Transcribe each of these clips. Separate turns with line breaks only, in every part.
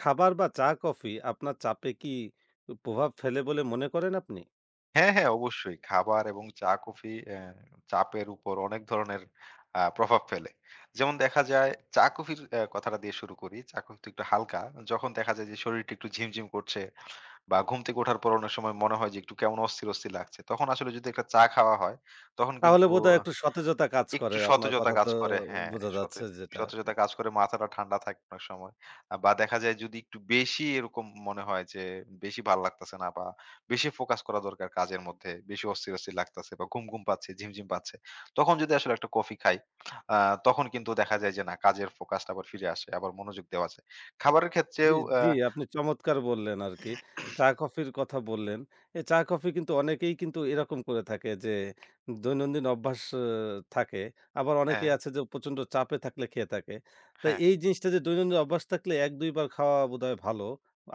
খাবার বা চা-কফি আপনার চাপে কি প্রভাব ফেলে বলে মনে করেন আপনি?
হ্যাঁ, হ্যাঁ, অবশ্যই। খাবার এবং চা-কফি চাপের উপর অনেক ধরনের প্রভাব ফেলে। যেমন দেখা যায় চা-কফির কথাটা দিয়ে শুরু করি। চা-কফি তো একটু হালকা। যখন দেখা যায় যে শরীরটা একটু ঝিমঝিম করছে বা ঘুম থেকে ওঠার পর অনেক সময় মনে হয় যে একটু কেমন অস্থির, অস্থির লাগছে। তখন আসলে যদি একটা চা খাওয়া হয়, তখন
তাহলে
কিন্তু
বোধহয় একটু সতেজতা কাজ
একটু
করে আপনার
সতেজতা
কথা
কাজ
তো
করে। হ্যাঁ,
বোঝা যাচ্ছে যেটা।
সতেজতা কাজ করে মাথাটা ঠান্ডা থাকে অনেক সময়। বা দেখা যায় যদি একটু বেশি এরকম মনে হয় যে বেশি ভাল লাগতেছে না বা বেশি ফোকাস করা দরকার কাজের মধ্যে, বেশি অস্থির, অস্থির লাগতেছে বা ঘুম, ঘুম পাচ্ছে, ঝিমঝিম পাচ্ছে। তখন যদি আসলে একটা কফি খাই, আ তখন কিন্তু দেখা যায় যে না কাজের ফোকাসটা আবার ফিরে আসে। আবার মনোযোগ দেওয়া যায়। খাবারের
জি,
ক্ষেত্রেও
জি, আপনি চমৎকার বললেন আরকি। চা-কফির কথা বললেন। এই চা-কফি কিন্তু অনেকেই কিন্তু এরকম করে থাকে যে দৈনন্দিন অভ্যাস থাকে। আবার
হ্যাঁ,
অনেকেই আছে যে প্রচণ্ড চাপে থাকলে খেয়ে থাকে। তো
হ্যাঁ,
এই জিনিসটা যে দৈনন্দিন অভ্যাস থাকলে ১-২ বার খাওয়া বোধহয় ভালো।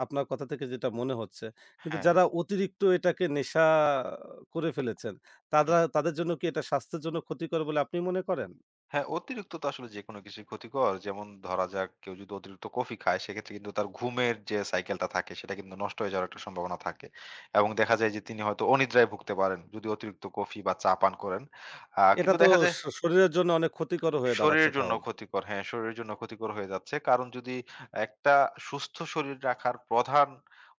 আপনার কথা থেকে যেটা মনে হচ্ছে। কিন্তু
হ্যাঁ।
যারা অতিরিক্ত এটাকে নেশা করে ফেলেছেন, তারা
হুম।
তাদের জন্য কি এটা স্বাস্থ্যের জন্য ক্ষতিকর বলে আপনি মনে করেন?
হ্যাঁ, অতিরিক্ত তো আসলে যেকোনো কিছুই ক্ষতিকর। যেমন ধরা যাক কেউ যদি অতিরিক্ত কফি খায় সেক্ষেত্রে কিন্তু তার ঘুমের যে সাইকেলটা থাকে সেটা কিন্তু নষ্ট হয়ে যাওয়ার একটা সম্ভাবনা থাকে। এবং দেখা যায় যে তিনি হয়তো অনিদ্রায় ভুগতে পারেন যদি অতিরিক্ত কফি বা চা পান করেন।
এটা
কিন্তু
তো
দেখা যায়
শরীরের জন্য অনেক ক্ষতিকর হয়ে দাঁড়াচ্ছে
শরীরের জন্য
তাহলে।
ক্ষতিকর। হ্যাঁ, শরীরের জন্য ক্ষতিকর হয়ে যাচ্ছে। কারণ যদি একটা সুস্থ শরীর রাখার প্রধান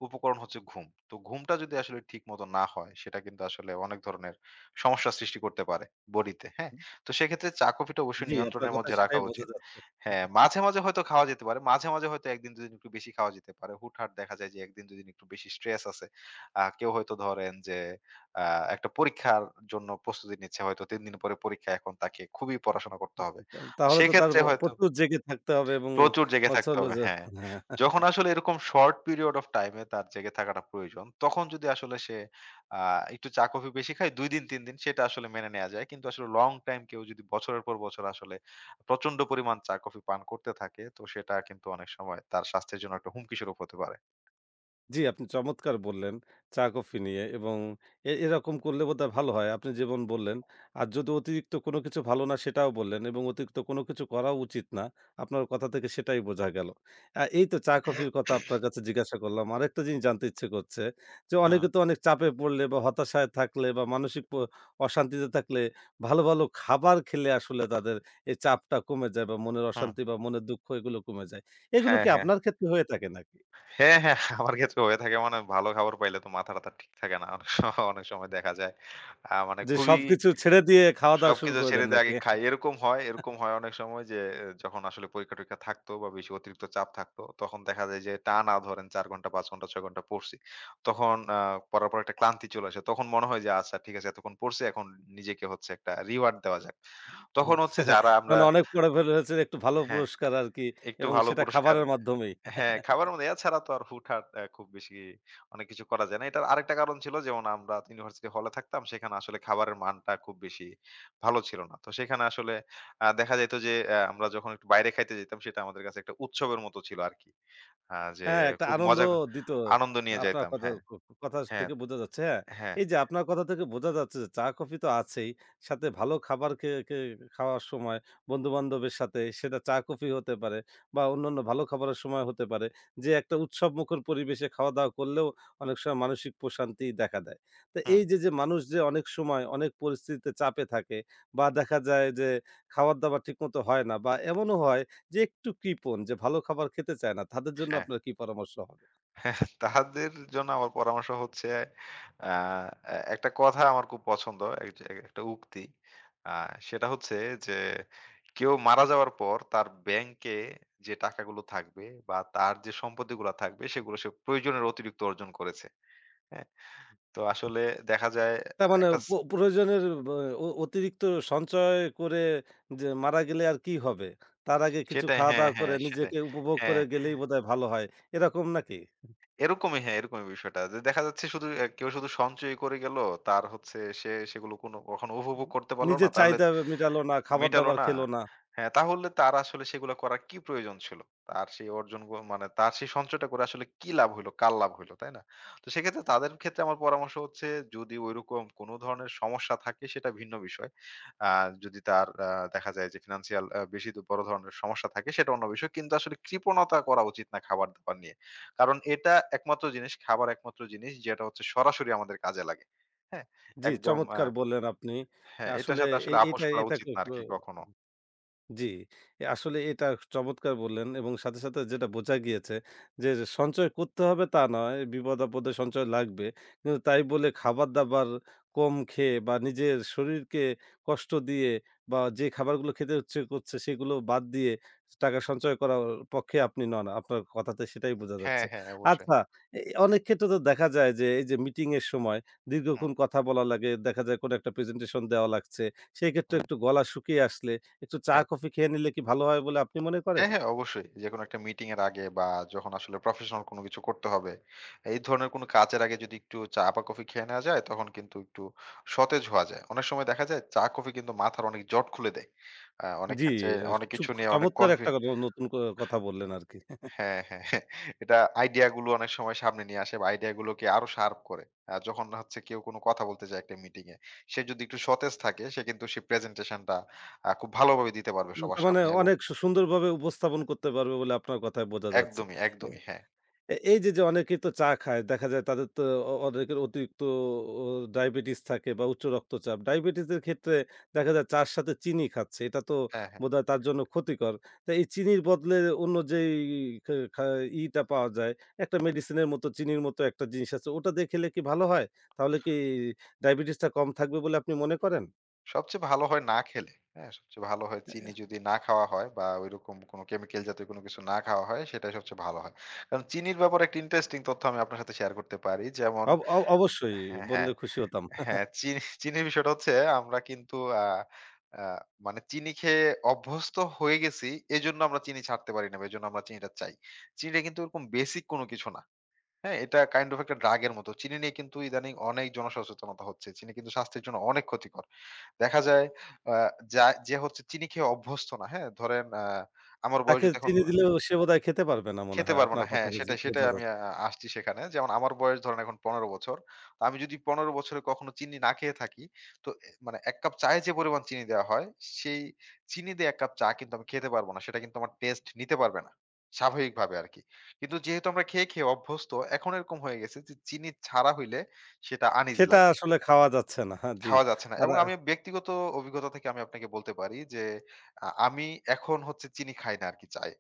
উপকরণ হচ্ছে ঘুম। তো ঘুমটা যদি আসলে ঠিকমতো না হয়, সেটা কিন্তু আসলে অনেক ধরনের সমস্যা সৃষ্টি করতে পারে বডিতে। হ্যাঁ? তো সেক্ষেত্রে চা-কফিটা অবশ্যই
জি, আপনার
নিয়ন্ত্রণের মধ্যে
কথায়
রাখা
সেটাই বোঝা
উচিত।
যাচ্ছে।
হ্যাঁ, মাঝে, মাঝে হয়তো খাওয়া যেতে পারে। মাঝে, মাঝে হয়তো ১ দিন ২ দিন একটু বেশি খাওয়া যেতে পারে। হুটহাট দেখা যায় যে ১ দিন ২ দিন একটু বেশি স্ট্রেস আছে। কেউ হয়তো ধরেন যে আ একটা পরীক্ষার জন্য প্রস্তুতি নিচ্ছে হয়তো ৩ দিন পরে পরীক্ষা এখন তাকে খুবই পড়াশোনা করতে হবে।
তা তাহলে তো তার
সেক্ষেত্রে হয়তো
প্রচুর জেগে থাকতে হবে এবং
প্রচুর জেগে
হচ্ছে
থাকতে
হলো
হবে
যে
হ্যাঁ।
হ্যাঁ।
যখন আসলে এরকম শর্ট পিরিয়ড অফ টাইম এ তার জেগে থাকাটা প্রয়োজন, তখন যদি আসলে সে আ একটু চা কফি বেশি খায় ২ দিন ৩ দিন সেটা আসলে মেনে নেয়া যায়। কিন্তু আসলে লং টাইম কেউ যদি বছরের পর বছর আসলে প্রচন্ড পরিমাণ চা কফি পান করতে থাকে তো সেটা কিন্তু অনেক সময় তার স্বাস্থ্যের জন্য একটা হুমকি স্বরূপ হতে পারে।
জি, আপনি চমৎকার বললেন চা-কফি নিয়ে এবং এরকম করলে বোধহয় ভালো হয়। আপনি যেমন বললেন, আর যদি অতিরিক্ত কোনো কিছু ভালো না সেটাও বললেন এবং অতিরিক্ত কোনো কিছু করাও উচিত না। আপনার কথা থেকে সেটাই বোঝা গেল। এই তো চা-কফির কথা আপনার কাছে জিজ্ঞাসা করলাম। আরেকটা জিনিস জানতে ইচ্ছে করছে যে,
হুম,
অনেকে তো অনেক চাপে পড়লে বা হতাশায় থাকলে বা মানসিক অশান্তিতে থাকলে ভালো, ভালো খাবার খেলে আসলে তাদের এই চাপটা কমে যায় বা মনের
হুম।
অশান্তি বা মনের দুঃখ এগুলো কমে যায়। এগুলো
হ্যাঁ,
কি
হ্যাঁ।
আপনার ক্ষেত্রে হয়ে থাকে নাকি?
হ্যাঁ, হ্যাঁ। হ্যাঁ। আমার ক্ষেত্রে হয়ে থাকে মানে ভালো খাবার পাইলে তো মাথা-টাথা ঠিক থাকে না। অনেক সময় দেখা যায়। মানে
যে
খুবই
সবকিছু ছেড়ে দিয়ে খাওয়া-দাওয়া শুরু
সবকিছু
করে
ছেড়ে
দেন
দিয়ে
নাকি?
আগে খাই। এরকম হয় অনেক সময় যে এ যখন আসলে পরীক্ষা-টরীক্ষা থাকতো বা বেশি অতিরিক্ত চাপ থাকতো, তখন দেখা যায় যে টানা ধরেন ৪ ঘন্টা, ৫ ঘন্টা, ৬ ঘন্টা পড়ছি। তখন পড়ার পর একটা ক্লান্তি চলে আসে। তখন মনে হয় যে আচ্ছা ঠিক আছে এতক্ষণ পড়ছি এখন নিজেকে হচ্ছে একটা রিওয়ার্ড দেওয়া যাক।
হুম।
তখন হচ্ছে যারা আমরা
মানে অনেক পড়ে ফেলেছেন একটু ভালো
হ্যাঁ,
পুরস্কার আরকি
একটু
এবং
ভালো
সেটা
পুরস্কার
খাবারের মাধ্যমেই।
হ্যাঁ, খাবার মধ্যে এছাড়া তো আর হুটহাট খুব বেশি অনেক কিছু করা যায় না। এটার আরেকটা কারণ ছিল যেমন আমরা ইউনিভার্সিটি হলে থাকতাম সেখানে আসলে খাবারের মানটা খুব বেশি ভালো ছিল না। তো সেখানে আসলে দেখা যাইত যে আমরা যখন একটু বাইরে খাইতে যেতাম সেটা আমাদের কাছে একটা উৎসবের মতো ছিল আরকি। যে
হ্যাঁ, একটা
খুব
আনন্দ
মজা
দিত।
আনন্দ নিয়ে
আপনার
যাইতাম।
কথা
হ্যাঁ,
ক ক- কথা
হ্যাঁ,
থেকে বোঝা যাচ্ছে। হ্যাঁ,
হ্যাঁ,
এই যে আপনার কথা থেকে বোঝা যাচ্ছে যে চা-কফি তো আছেই। সাথে ভালো খাবার খেয়ে খে খাওয়ার সময় বন্ধু-বান্ধবের সাথে সেটা চা-কফি হতে পারে বা অন্যান্য ভালো খাবারের সময় হতে পারে। যে একটা উৎসবমুখর পরিবেশে খাওয়া-দাওয়া করলেও অনেক সময় মানসিক প্রশান্তি দেখা দেয়। তো
হুম,
এই যে, মানুষ যে অনেক সময় অনেক পরিস্থিতিতে চাপে থাকে বা দেখা যায় যে খাবার-দাবার ঠিকমতো হয় না বা এমনও হয় যে একটু কৃপণ, যে ভালো খাবার খেতে চায় না, তাদের জন্য
হ্যাঁ।
আপনার কি পরামর্শ হবে?
হ্যাঁ, তাহাদের জন্য আমার পরামর্শ হচ্ছে আ এ একটা কথা আমার খুব পছন্দ। এক যে একটা উক্তি। আ সেটা হচ্ছে যে, "কেউ মারা যাওয়ার পর তার ব্যাংকে যে টাকাগুলো থাকবে বা তার যে সম্পত্তিগুলা থাকবে সেগুলো সে প্রয়োজনের অতিরিক্ত অর্জন করেছে।" হ্যাঁ? তো আসলে দেখা যায়
তার মানে
একটা স
প্রয়োজনের ব অ অতিরিক্ত সঞ্চয় করে যে মারা গেলে আর কি হবে? তার আগে কিছু
সেটাই হ্যাঁ,
খাওয়া-দাওয়া করে
হ্যাঁ, সেটাই।
নিজেকে উপভোগ
হ্যাঁ,
করে গেলেই বোধহয় ভালো হয়। এরকম নাকি?
এরকমই হ্যাঁ, এরকমই বিষয়টা। যে দেখা যাচ্ছে শুধু কেউ শুধু সঞ্চয় করে গেল। তার হচ্ছে সে সেগুলো কোনো কখনো উপভোগ করতে পারল না।
নিজের
তাহলে
চাহিদা মেটালো না,
মেটালো
খাবার-দাবার
না?
খেলো না।
হ্যাঁ, তাহলে তার আসলে সেগুলা করার কি প্রয়োজন ছিল? তার সেই অর্জন গু মানে তার সেই সঞ্চয়টা করে আসলে কি লাভ হইলো? কার লাভ হইলো? তাই না? তো সেক্ষেত্রে তাদের ক্ষেত্রে আমার পরামর্শ হচ্ছে যদি ঐরকম কোন ধরনের সমস্যা থাকে সেটা ভিন্ন বিষয়। আ যদি তার দেখা যায় যে ফিন্যান্সিয়াল বেশি বড় ধরনের সমস্যা থাকে সেটা অন্য বিষয়। কিন্তু আসলে কৃপণতা করা উচিত না খাবার-দাবার নিয়ে। কারণ এটা একমাত্র জিনিস, খাবার একমাত্র জিনিস যেটা হচ্ছে সরাসরি আমাদের কাজে লাগে। হ্যাঁ?
জি,
একদম
চমৎকার বললেন আপনি।
হ্যাঁ, এটার
আসলে
সাথে
এ
আসলে আপোস
এটা
করা
এটা
উচিত না
খুব,
আরকি কখনো।
জি, আসলে এটা চমৎকার বললেন এবং সাথে, সাথে যেটা বোঝা গিয়েছে যে সঞ্চয় করতে হবে তা নয়, বিপদ-আপদে সঞ্চয় লাগবে। কিন্তু তাই বলে খাবার-দাবার কম খেয়ে বা নিজের শরীরকে কষ্ট দিয়ে বা যে খাবারগুলো খেতে ইচ্ছে করছে সেগুলো বাদ দিয়ে টাকা সঞ্চয় করার পক্ষে আপনি নন। আপনার কথাতে সেটাই বোঝা
হ্যাঁ,
যাচ্ছে।
হ্যাঁ, অবশ্যই।
আচ্ছা, অনেক ক্ষেত্রে তো দেখা যায় যে এই যে মিটিং এর সময়
হুম,
দীর্ঘক্ষণ কথা বলা লাগে, দেখা যায় কোনো একটা প্রেজেন্টেশন দেওয়া লাগছে। সেক্ষেত্রে
হুম।
একটু গলা শুকিয়ে আসলে একটু চা
হ্যাঁ।
কফি খেয়ে নিলে কি ভালো হয় বলে আপনি মনে করেন?
হ্যাঁ, হ্যাঁ, অবশ্যই। যেকোনো একটা মিটিং এর আগে বা যখন আসলে প্রফেশনাল কোনো কিছু করতে হবে, এই ধরনের কোনো কাজের আগে যদি একটু চা বা কফি খেয়ে নেওয়া যায়, তখন কিন্তু একটু সতেজ হওয়া যায়। অনেক সময় দেখা যায় চা কফি কিন্তু মাথার অনেক জট খুলে দেয়। অনেক
জি,
ক্ষেত্রে
এ
অনেক
চুপ
কিছু নিয়ে অনেক
চমৎকার
কনফি
একটা নতুন কথা বললেন আরকি।
হ্যাঁ, হ্যাঁ, হ্যাঁ। এটা আইডিয়া গুলো অনেক সময় সামনে নিয়ে আসে বা আইডিয়া গুলোকে আরো শার্প করে। যখন হচ্ছে কেউ কোনো কথা বলতে যায় একটা মিটিং এ, সে যদি একটু সতেজ থাকে সে কিন্তু সেই প্রেজেন্টেশনটা খুব ভালোভাবে দিতে পারবে সবার
তার মানে
সামনে এবং
অনেক সুন্দরভাবে উপস্থাপন করতে পারবে বলে আপনার কথায় বোঝা যাচ্ছে।
একদমই, একদমই। হ্যাঁ,
এই যে, অনেকেই তো চা খায়। দেখা যায় তাদের তো অনেকের অতিরিক্ত ও ডায়াবেটিস থাকে বা উচ্চ রক্তচাপ। ডায়াবেটিসের ক্ষেত্রে দেখা যায় চা'র সাথে চিনি খাচ্ছে। এটা তো
হ্যাঁ, হ্যাঁ।
বোধহয় তার জন্য ক্ষতিকর। তো এই চিনির বদলে অন্য যেই খা খা ইটা পাওয়া যায়, একটা মেডিসিনের মতো চিনির মতো একটা জিনিস আছে। ওটা দিয়ে খেলে কি ভালো হয়? তাহলে কি ডায়াবেটিসটা কম থাকবে বলে আপনি মনে করেন?
সবচেয়ে ভালো হয় না খেলে। হ্যাঁ? সবচেয়ে ভালো হয় চিনি যদি না খাওয়া হয় বা ঐরকম কোন কেমিক্যাল জাতীয় কোনো কিছু না খাওয়া হয় সেটাই সবচেয়ে ভালো হয়। কারণ চিনির ব্যাপারে একটা ইন্টারেস্টিং তথ্য আমি আপনার সাথে শেয়ার করতে পারি। যেমন
অব অ অবশ্যই
হ্যাঁ, হ্যাঁ,
বললে খুশি হতাম।
হ্যাঁ, চিনির বিষয়টা হচ্ছে আমরা কিন্তু আ আ মানে চিনি খেয়ে অভ্যস্ত হয়ে গেছি। এজন্য আমরা চিনি ছাড়তে পারি না বা এজন্য আমরা চিনিটা চাই। চিনিটা কিন্তু ওরকম বেসিক কোনো কিছু না। হ্যাঁ, এটা কাইন্ড অফ একটা ড্রাগ এর মতো। চিনি নিয়ে কিন্তু ইদানিং অনেক জনসচেতনতা হচ্ছে। চিনি কিন্তু স্বাস্থ্যের জন্য অনেক ক্ষতিকর। দেখা যায় আ যা যে হচ্ছে চিনি খেয়ে অভ্যস্ত না, হ্যাঁ? ধরেন আমার বয়স
তাকে
যদি এখন
চিনি দিলেও সে বোধহয় খেতে পারবে না মনে
খেতে
হয়।
পারব না।
আপনার কথা
হ্যাঁ,
বুঝে
সেটাই, সেটাই
বোঝা
আমি
যাচ্ছে।
আসছি সেখানে। যেমন আমার বয়স ধরেন এখন ১৫ বছর। তো আমি যদি ১৫ বছরে কখনো চিনি না খেয়ে থাকি, তো মানে ১ কাপ চায়ে যে পরিমাণ চিনি দেওয়া হয়, সেই চিনি দিয়ে ১ কাপ চা কিন্তু আমি খেতে পারব না। সেটা কিন্তু আমার টেস্ট নিতে পারবে না। স্বাভাবিকভাবে আরকি। কিন্তু যেহেতু আমরা খেয়ে, খেয়ে অভ্যস্ত, এখন এরকম হয়ে গেছে যে চিনি ছাড়া হইলে সেটা আনইজি
সেটা
লাগে।
আসলে খাওয়া যাচ্ছে না। হ্যাঁ, জি।
খাওয়া যাচ্ছে না।
আর
এবং আমি ব্যক্তিগত অভিজ্ঞতা থেকে আমি আপনাকে বলতে পারি যে আমি এখন হচ্ছে চিনি খাই না আরকি চায়ে।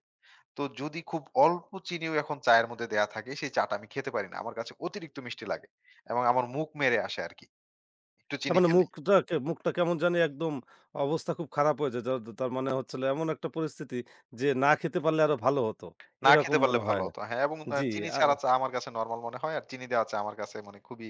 তো যদি খুব অল্প চিনিও এখন চায়ের মধ্যে দেয়া থাকে, সেই চাটা আমি খেতে পারি না। আমার কাছে অতিরিক্ত মিষ্টি লাগে এবং আমার মুখ মেরে আসে আরকি। একটু
তার
চিনি
মানে
খেলেই।
মুখটা কেমন জানি একদম অবস্থা খুব খারাপ হয়ে যায়। যার তার মানে হচ্ছিল এমন একটা পরিস্থিতি যে না খেতে পারলে আরো ভালো হতো।
না খেতে
এরকম
পারলে
মনে
ভালো
হয়।
হতো। হ্যাঁ, এবং
জি,
চিনি
আ
ছাড়া চা আমার কাছে নরমাল মনে হয়। আর চিনি দেওয়া চা আমার কাছে মানে খুবই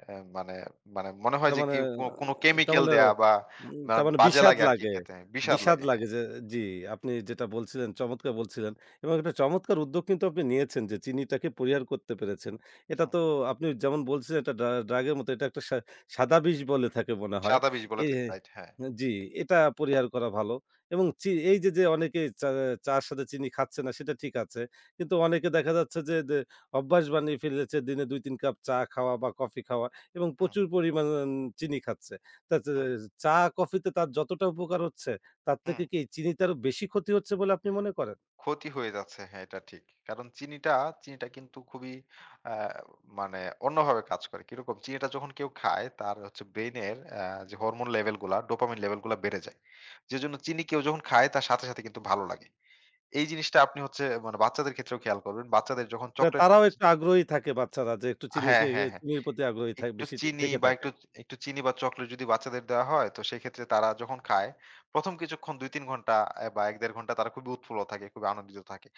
অ্যা মানে মানে মনে হয়
তার
যে
মানে
কি কোনো
তার
কেমিক্যাল
মানে
দেয়া বা বা বাজে
বিষাদ
লাগে আরকি
লাগে।
খেতে। বিস্বাদ
বিষাদ
লাগে।
লাগে
হ্যাঁ,
যে জি, আপনি যেটা বলছিলেন চমৎকার বলছিলেন এবং একটা চমৎকার উদ্যোগ কিন্তু আপনি নিয়েছেন যে চিনিটাকে পরিহার করতে পেরেছেন। এটা
হুম।
তো আপনি যেমন বলছিলেন এটা ড্রাগের মতো এটা একটা সাদা বিষ বলে থাকে মনে হয়।
সাদা বিষ বলে
এ
থাকে রাইট। হ্যাঁ।
জি, এটা পরিহার করা ভালো এবং এই যে, অনেকে চা'র সাথে চিনি খাচ্ছে না সেটা ঠিক আছে। কিন্তু অনেকে দেখা যাচ্ছে যে অভ্যাস বানিয়ে ফেলেছে দিনে ২-৩ কাপ চা খাওয়া বা কফি খাওয়া। এবং
হুম,
প্রচুর পরিমাণ চিনি খাচ্ছে। তা চা
হুম,
চা, কফিতে তার যতটা উপকার হচ্ছে, তার
হুম।
থেকে কি এই চিনিতে আরো বেশি ক্ষতি হচ্ছে বলে আপনি মনে করেন?
ক্ষতি হয়ে যাচ্ছে। হ্যাঁ, এটা ঠিক। কারণ চিনিটা চিনিটা কিন্তু খুবই আ মানে অন্যভাবে কাজ করে। কিরকম? চিনিটা যখন কেউ খায় তার হচ্ছে ব্রেইনের যে হরমোন লেভেল গুলা, ডোপামিন লেভেল গুলা বেড়ে যায়। যেজন্য চিনি কেউ যখন খায় তার সাথে, সাথে কিন্তু ভালো লাগে। এই জিনিসটা আপনি হচ্ছে মানে বাচ্চাদের ক্ষেত্রেও খেয়াল করবেন। বাচ্চাদের যখন
না
চকলেট
তারাও একটু আগ্রহী থাকে বাচ্চারা যে একটু চিনি
হ্যাঁ, হ্যাঁ, হ্যাঁ।
চিনির প্রতি আগ্রহী থাক
একটু
বেশি
চিনি
থেকে
বা
থাকে।
একটু একটু চিনি বা চকোলেট যদি বাচ্চাদের দেওয়া হয়, তো সেক্ষেত্রে তারা যখন খায়, ১ম কিছুক্ষণ ২-৩ ঘন্টা বা ১-১.৫ ঘন্টা তারা খুবই উৎফুল্ল থাকে, খুবই আনন্দিত থাকে।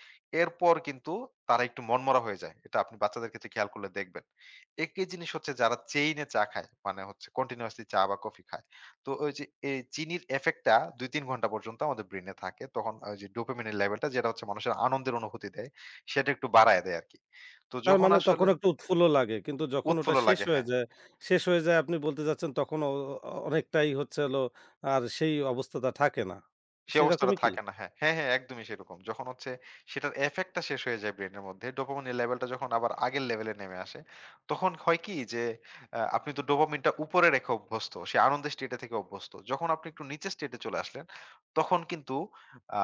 এরপর কিন্তু তারা একটু মনমরা হয়ে যায়। এটা আপনি বাচ্চাদের ক্ষেত্রে খেয়াল করলে দেখবেন। একই জিনিস হচ্ছে যারা চেইনে চা খায়, মানে হচ্ছে কন্টিনিউয়াসলি চা বা কফি খায়। তো ওই যে এই চিনির ইফেক্টটা ২-৩ ঘন্টা পর্যন্ত আমাদের ব্রেইনে থাকে। তখন ওই যে ডোপামিনের লেভেলটা যেটা হচ্ছে মানুষের আনন্দের অনুভূতি দেয়, সেটা একটু বাড়ায় দেয় আরকি। তো
তার
যখন
মানে
আসলে
তখন একটু উৎফুল্ল লাগে। কিন্তু যখন ওটা
উৎফুল্ল লাগে হ্যাঁ।
শেষ হয়ে যায় আপনি বলতে চাচ্ছেন তখন অনেকটাই হচ্ছে হলো আর সেই অবস্থাটা থাকে না।
সে অবস্থাটা
সেরকমই কি?
থাকে না। হ্যাঁ, হ্যাঁ, হ্যাঁ, একদমই সেরকম। যখন হচ্ছে সেটার ইফেক্ট টা শেষ হয়ে যায় ব্রেইনের মধ্যে, ডোপামিনের লেভেলটা যখন আবার আগের লেভেলে নেমে আসে, তখন হয় কি যে আপনি তো ডোপামিনটা উপরে রেখে অভ্যস্ত। সে আনন্দের স্টেটে থেকে অভ্যস্ত। যখন আপনি একটু নিচের স্টেটে চলে আসলেন, তখন কিন্তু আ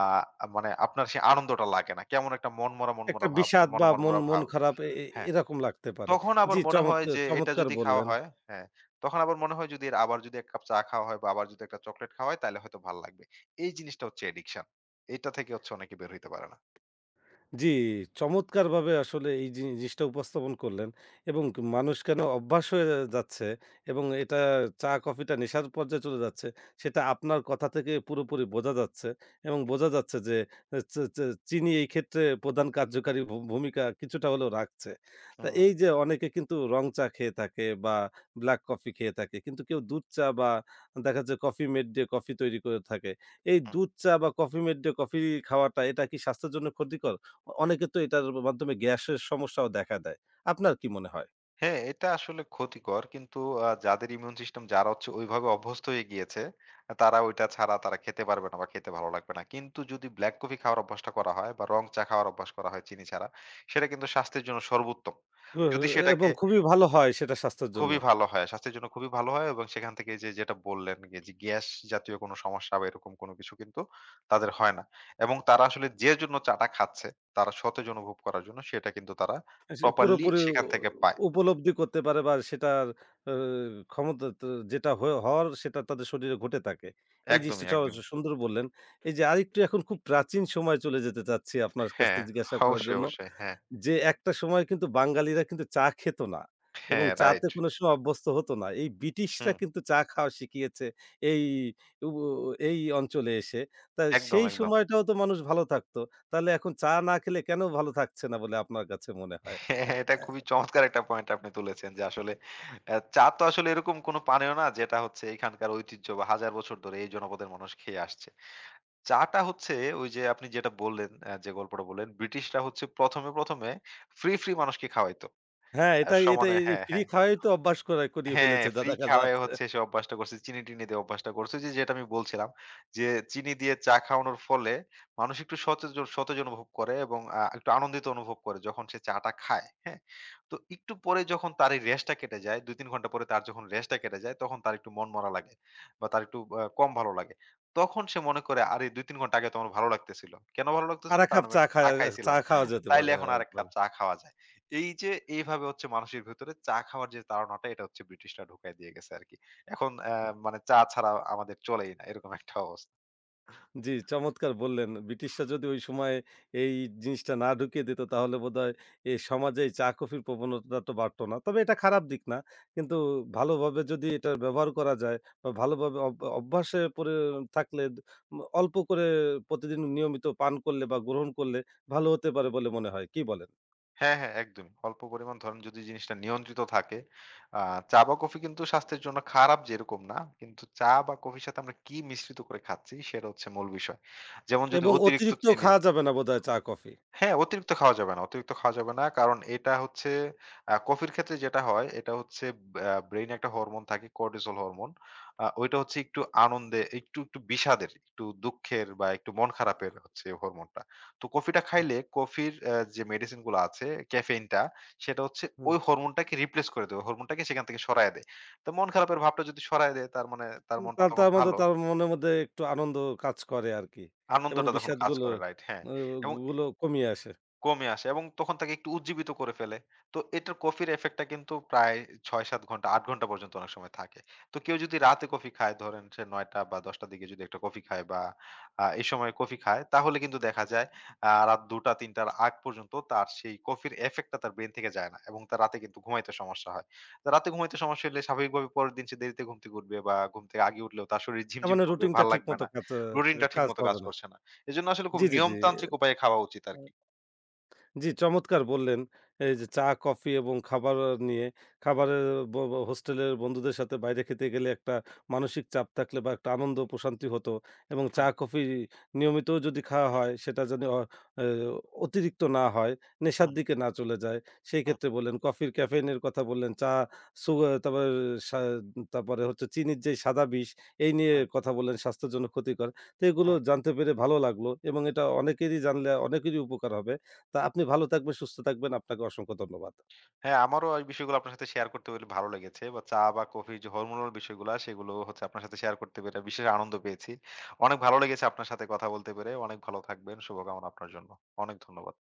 মানে আপনার সেই আনন্দটা লাগে না। কেমন একটা মনমরা,
একটা
মনমরা ভাব,
বিষাদ
মনমরা,
বা মন
মনমরা
মন
ভাব।
খারাপ এ এ
হ্যাঁ।
এরকম লাগতে পারে।
তখন আবার
জি
মনে হয়
চমৎকার
যে এটা
চমৎকার
যদি খাওয়া
বললেন।
হয় হ্যাঁ, তখন আবার মনে হয় যদি এর আবার যদি ১ কাপ চা খাওয়া হয় বা আবার যদি একটা চকোলেট খাওয়া হয় তাইলে হয়তো ভাল লাগবে। এই জিনিসটা হচ্ছে অ্যাডিকশন। এটা থেকে হচ্ছে অনেকে বের হইতে পারে না।
জি, চমৎকারভাবে আসলে এই জিনিসটা উপস্থাপন করলেন এবং মানুষ কেন অভ্যাস হয়ে যাচ্ছে এবং এটা চা-কফিটা নেশার পর্যায়ে চলে যাচ্ছে, সেটা আপনার কথা থেকে পুরোপুরি বোঝা যাচ্ছে এবং বোঝা যাচ্ছে যে এ চে চে চিনি এই ক্ষেত্রে প্রধান কার্যকারী ভূমিকা কিছুটা হলেও রাখছে। তা
হুম,
এই যে অনেকে কিন্তু রং চা খেয়ে থাকে বা ব্লাক কফি খেয়ে থাকে। কিন্তু কেউ দুধ চা বা দেখা যাচ্ছে কফি মেড দিয়ে কফি তৈরি করে থাকে। এই
হুম।
দুধ চা বা কফি মেড দিয়ে কফি খাওয়াটা এটা কি স্বাস্থ্যের জন্য ক্ষতিকর? অনেকে তো এটার মাধ্যমে গ্যাসের সমস্যাও দেখা দেয়। আপনার কি মনে হয়?
হ্যাঁ, এটা আসলে ক্ষতিকর কিন্তু যাদের ইমিউন সিস্টেম যারা হচ্ছে ওইভাবে অভ্যস্ত হয়ে গিয়েছে, তারা ওইটা ছাড়া তারা খেতে পারবে না বা খেতে ভালো লাগবে না। কিন্তু যদি ব্লাক কফি খাওয়ার অভ্যাসটা করা হয় বা রং চা খাওয়ার অভ্যাস করা হয় চিনি ছাড়া, সেটা কিন্তু স্বাস্থ্যের জন্য সর্বোত্তম।
উ
যদি
এবং
সেটাকে
খুবই ভালো হয় সেটা স্বাস্থ্যের জন্য।
খুবই ভালো হয়। স্বাস্থ্যের জন্য খুবই ভালো হয় এবং সেখান থেকে যেটা বললেন যে যে গ্যাস জাতীয় কোনো সমস্যা বা এরকম কোনো কিছু কিন্তু তাদের হয় না। এবং তারা আসলে যে জন্য চাটা খাচ্ছে, তারা সতেজ অনুভব করার জন্য সেটা কিন্তু তারা
সে
প্রপারলি
পুরোপুরি
সেখান থেকে পায়।
উপলব্ধি করতে পারে বা সেটার আ ক্ষমতা তো যেটা হওয়ার সেটা তাদের শরীরে ঘটে থাকে। এই জিনিসটা
একদমই, একদমই।
সুন্দর বললেন। এই যে আরেকটু এখন খুব প্রাচীন সময়ে চলে যেতে চাচ্ছি আপনার কাছ
হ্যাঁ,
থেকে জিজ্ঞাসা করার
অবশ্যই,
জন্য।
অবশ্যই। হ্যাঁ,
যে একটা সময় কিন্তু বাঙালিরা কিন্তু চা খেত না এবং
হ্যাঁ,
চাতে
রাইট।
কোনো সময় অভ্যস্ত হতো না। এই ব্রিটিশরা
হুম,
কিন্তু চা খাওয়া শিখিয়েছে এই উ এই অঞ্চলে এসে। তা
একদম,
সেই
একদম।
সময়টাও তো মানুষ ভালো থাকতো। তাহলে এখন চা না খেলে কেন ভালো থাকছে না বলে আপনার কাছে মনে হয়?
হ্যাঁ, এটা খুবই চমৎকার একটা পয়েন্ট আপনি তুলেছেন যে আসলে চা তো আসলে এরকম কোনো পানীয় না যেটা হচ্ছে এখানকার ঐতিহ্য বা হাজার বছর ধরে এই জনপদের মানুষ খেয়ে আসছে। চা-টা হচ্ছে ওই যে আপনি যেটা বললেন, যে গল্পটা বললেন, ব্রিটিশরা হচ্ছে ১ম এ ফ্রি মানুষকে খাওয়াইতো।
হ্যাঁ, এটা এটা
সমানে
এই
হ্যাঁ,
ফ্রি
হ্যাঁ।
খাওয়াই তো অভ্যাস করিয়ে
হ্যাঁ,
ফেলেছে যা
ফ্রি
দেখা
খাওয়ায়
যাচ্ছে।
হচ্ছে সে অভ্যাসটা করছে। চিনি-টিনি দিয়ে অভ্যাসটা করছে। ওই যে যেটা আমি বলছিলাম যে চিনি দিয়ে চা খাওয়ানোর ফলে মানুষ একটু সতেজ অনুভব করে এবং একটু আনন্দিত অনুভব করে যখন সে চাটা খায়। হ্যাঁ? তো একটু পরে যখন তার এই রেস্টটা কেটে যায়, ২-৩ ঘন্টা পরে তার যখন রেস্টটা কেটে যায় তখন তার একটু মনমরা লাগে বা তার একটু কম ভালো লাগে। তখন সে মনে করে আরে ২-৩ ঘন্টা আগে তো আমার ভালো লাগতেছিল। কেন ভালো লাগতেছিল?
আরেক
কারণ
কাপ
আমি একটা চা
চা
খাইছিলাম।
খাওয়া যেতে
তাইলে
পারে
এখন আরেক
আরেকবার।
কাপ চা খাওয়া যায়। এই যে এইভাবে হচ্ছে মানুষের ভেতরে চা খাওয়ার যে তাড়নাটা এটা হচ্ছে ব্রিটিশরা ঢুকাই দিয়ে গেছে আরকি। এখন মানে চা ছাড়া আমাদের চলেই না এরকম একটা অবস্থা।
জি, চমৎকার বললেন। ব্রিটিশরা যদি ওই সময়ে এই জিনিসটা না ঢুকিয়ে দিত তাহলে বোধহয় এই সমাজে এই চা-কফির প্রবণতাটা তো বাড়ত না। তবে এটা খারাপ দিক না। কিন্তু ভালোভাবে যদি এটার ব্যবহার করা যায় বা ভালোভাবে অভ্যাসে পরে থাকলে অল্প করে প্রতিদিন নিয়মিত পান করলে বা গ্রহণ করলে ভালো হতে পারে বলে মনে হয়। কি বলেন?
হ্যাঁ, হ্যাঁ একদমই। অল্প পরিমাণ ধরেন যদি জিনিসটা নিয়ন্ত্রিত থাকে, আ চা বা কফি কিন্তু স্বাস্থ্যের জন্য খারাপ যেরকম না, কিন্তু চা বা কফির সাথে আমরা কি মিশ্রিত করে খাচ্ছি সেটা হচ্ছে মূল বিষয়। যেমন যদি
এবং
অতিরিক্ত
অতিরিক্ত
চিনি
খাওয়া যাবে না বোধহয় চা-কফি।
হ্যাঁ, অতিরিক্ত খাওয়া যাবে না। অতিরিক্ত খাওয়া যাবে না। কারণ এটা হচ্ছে কফির ক্ষেত্রে যেটা হয়, এটা হচ্ছে ব্রেইনে একটা হরমোন থাকে কর্টিসল হরমোন। ওইটা হচ্ছে একটু আনন্দে, একটু বিষাদের, একটু দুঃখের বা একটু মন খারাপের হচ্ছে হরমোনটা। তো কফিটা খাইলে কফির যে মেডিসিন গুলো আছে, ক্যাফেইনটা সেটা হচ্ছে
হুম।
ওই হরমোনটাকে রিপ্লেস করে দেয়। ওই হরমোনটাকে সেখান থেকে সরায় দেয়। তো মন খারাপের ভাবটা যদি সরায় দেয় তার মানে তার মনটা
তার
তখন
তার মধ্যে
ভালো।
তার মনের মধ্যে একটু আনন্দ কাজ করে আরকি এবং
আনন্দটা তখন কাজ
বিষাদগুলো
করে রাইট হ্যাঁ।
ও
এবং
গুলো কমিয়ে আসে।
কমে আসে এবং তখন তাকে একটু উজ্জীবিত করে ফেলে। তো এটার কফির ইফেক্টটা কিন্তু প্রায় ৬-৭ ঘন্টা, ৮ ঘন্টা পর্যন্ত অনেক সময় থাকে। তো কেউ যদি রাতে কফি খায় ধরেন সে ৯ঃ০০ বা ১০ঃ০০ র দিকে যদি একটা কফি খায় বা এই সময় কফি খায় তাহলে কিন্তু দেখা যায় রাত ২ঃ০০-৩ঃ০০ র আগ পর্যন্ত তার সেই কফির ইফেক্টটা তার ব্রেইন থেকে যায় না এবং তার রাতে কিন্তু ঘুমাইতে সমস্যা হয়। তো রাতে ঘুমাইতে সমস্যা হলে স্বাভাবিকভাবে পরের দিন সে দেরিতে ঘুম থেকে উঠবে বা ঘুম থেকে আগে উঠলেও তার শরীর
তার
ঝিমঝিম
মানে
করবে,
রুটিনটা
ভাল লাগবে
ঠিকমতো
না। রুটিনটা
কাজ
ঠিকমতো কাজ
হবে না।
করছে না। এজন্য আসলে খুব
জি, জি, জি।
নিয়মতান্ত্রিক উপায়ে খাওয়া উচিত
আ
আরকি।
জি, চমৎকার বললেন। এই যে চা, কফি এবং খাবার নিয়ে খাবারের ব ব হোস্টেলের বন্ধুদের সাথে বাইরে খেতে গেলে একটা মানসিক চাপ থাকলে বা একটা আনন্দ প্রশান্তি হতো এবং চা,
হুম।
কফি নিয়মিত যদি খাওয়া হয় সেটা যেন অ এ অতিরিক্ত না হয়, নেশার
হুম,
দিকে না চলে যায়। সেই
হুম,
ক্ষেত্রে বললেন কফির ক্যাফেইনের কথা বললেন, চা, সুগা তারপরে সা তারপরে হচ্ছে চিনির যে সাদা বিষ এই নিয়ে
হুম,
কথা বললেন স্বাস্থ্যের জন্য ক্ষতিকর। তো এগুলো
হুম।
জানতে পেরে ভালো লাগলো এবং এটা অনেকেরই জানলে অনেকেরই উপকার হবে। তা আপনি ভালো থাকবেন, সুস্থ থাকবেন। আপনাকে অসংখ্য ধন্যবাদ।
হ্যাঁ, আমারও এই বিষয়গুলো আপনার সাথে শেয়ার করতে পেরে ভালো লেগেছে বা চা বা কফি যে হরমোনাল বিষয়গুলা সেগুলো হচ্ছে আপনার সাথে শেয়ার করতে পেরে বিশেষ আনন্দ পেয়েছি। অনেক ভালো লেগেছে আপনার সাথে কথা বলতে পেরে। অনেক ভালো থাকবেন। শুভকামনা আপনার জন্য। অনেক ধন্যবাদ।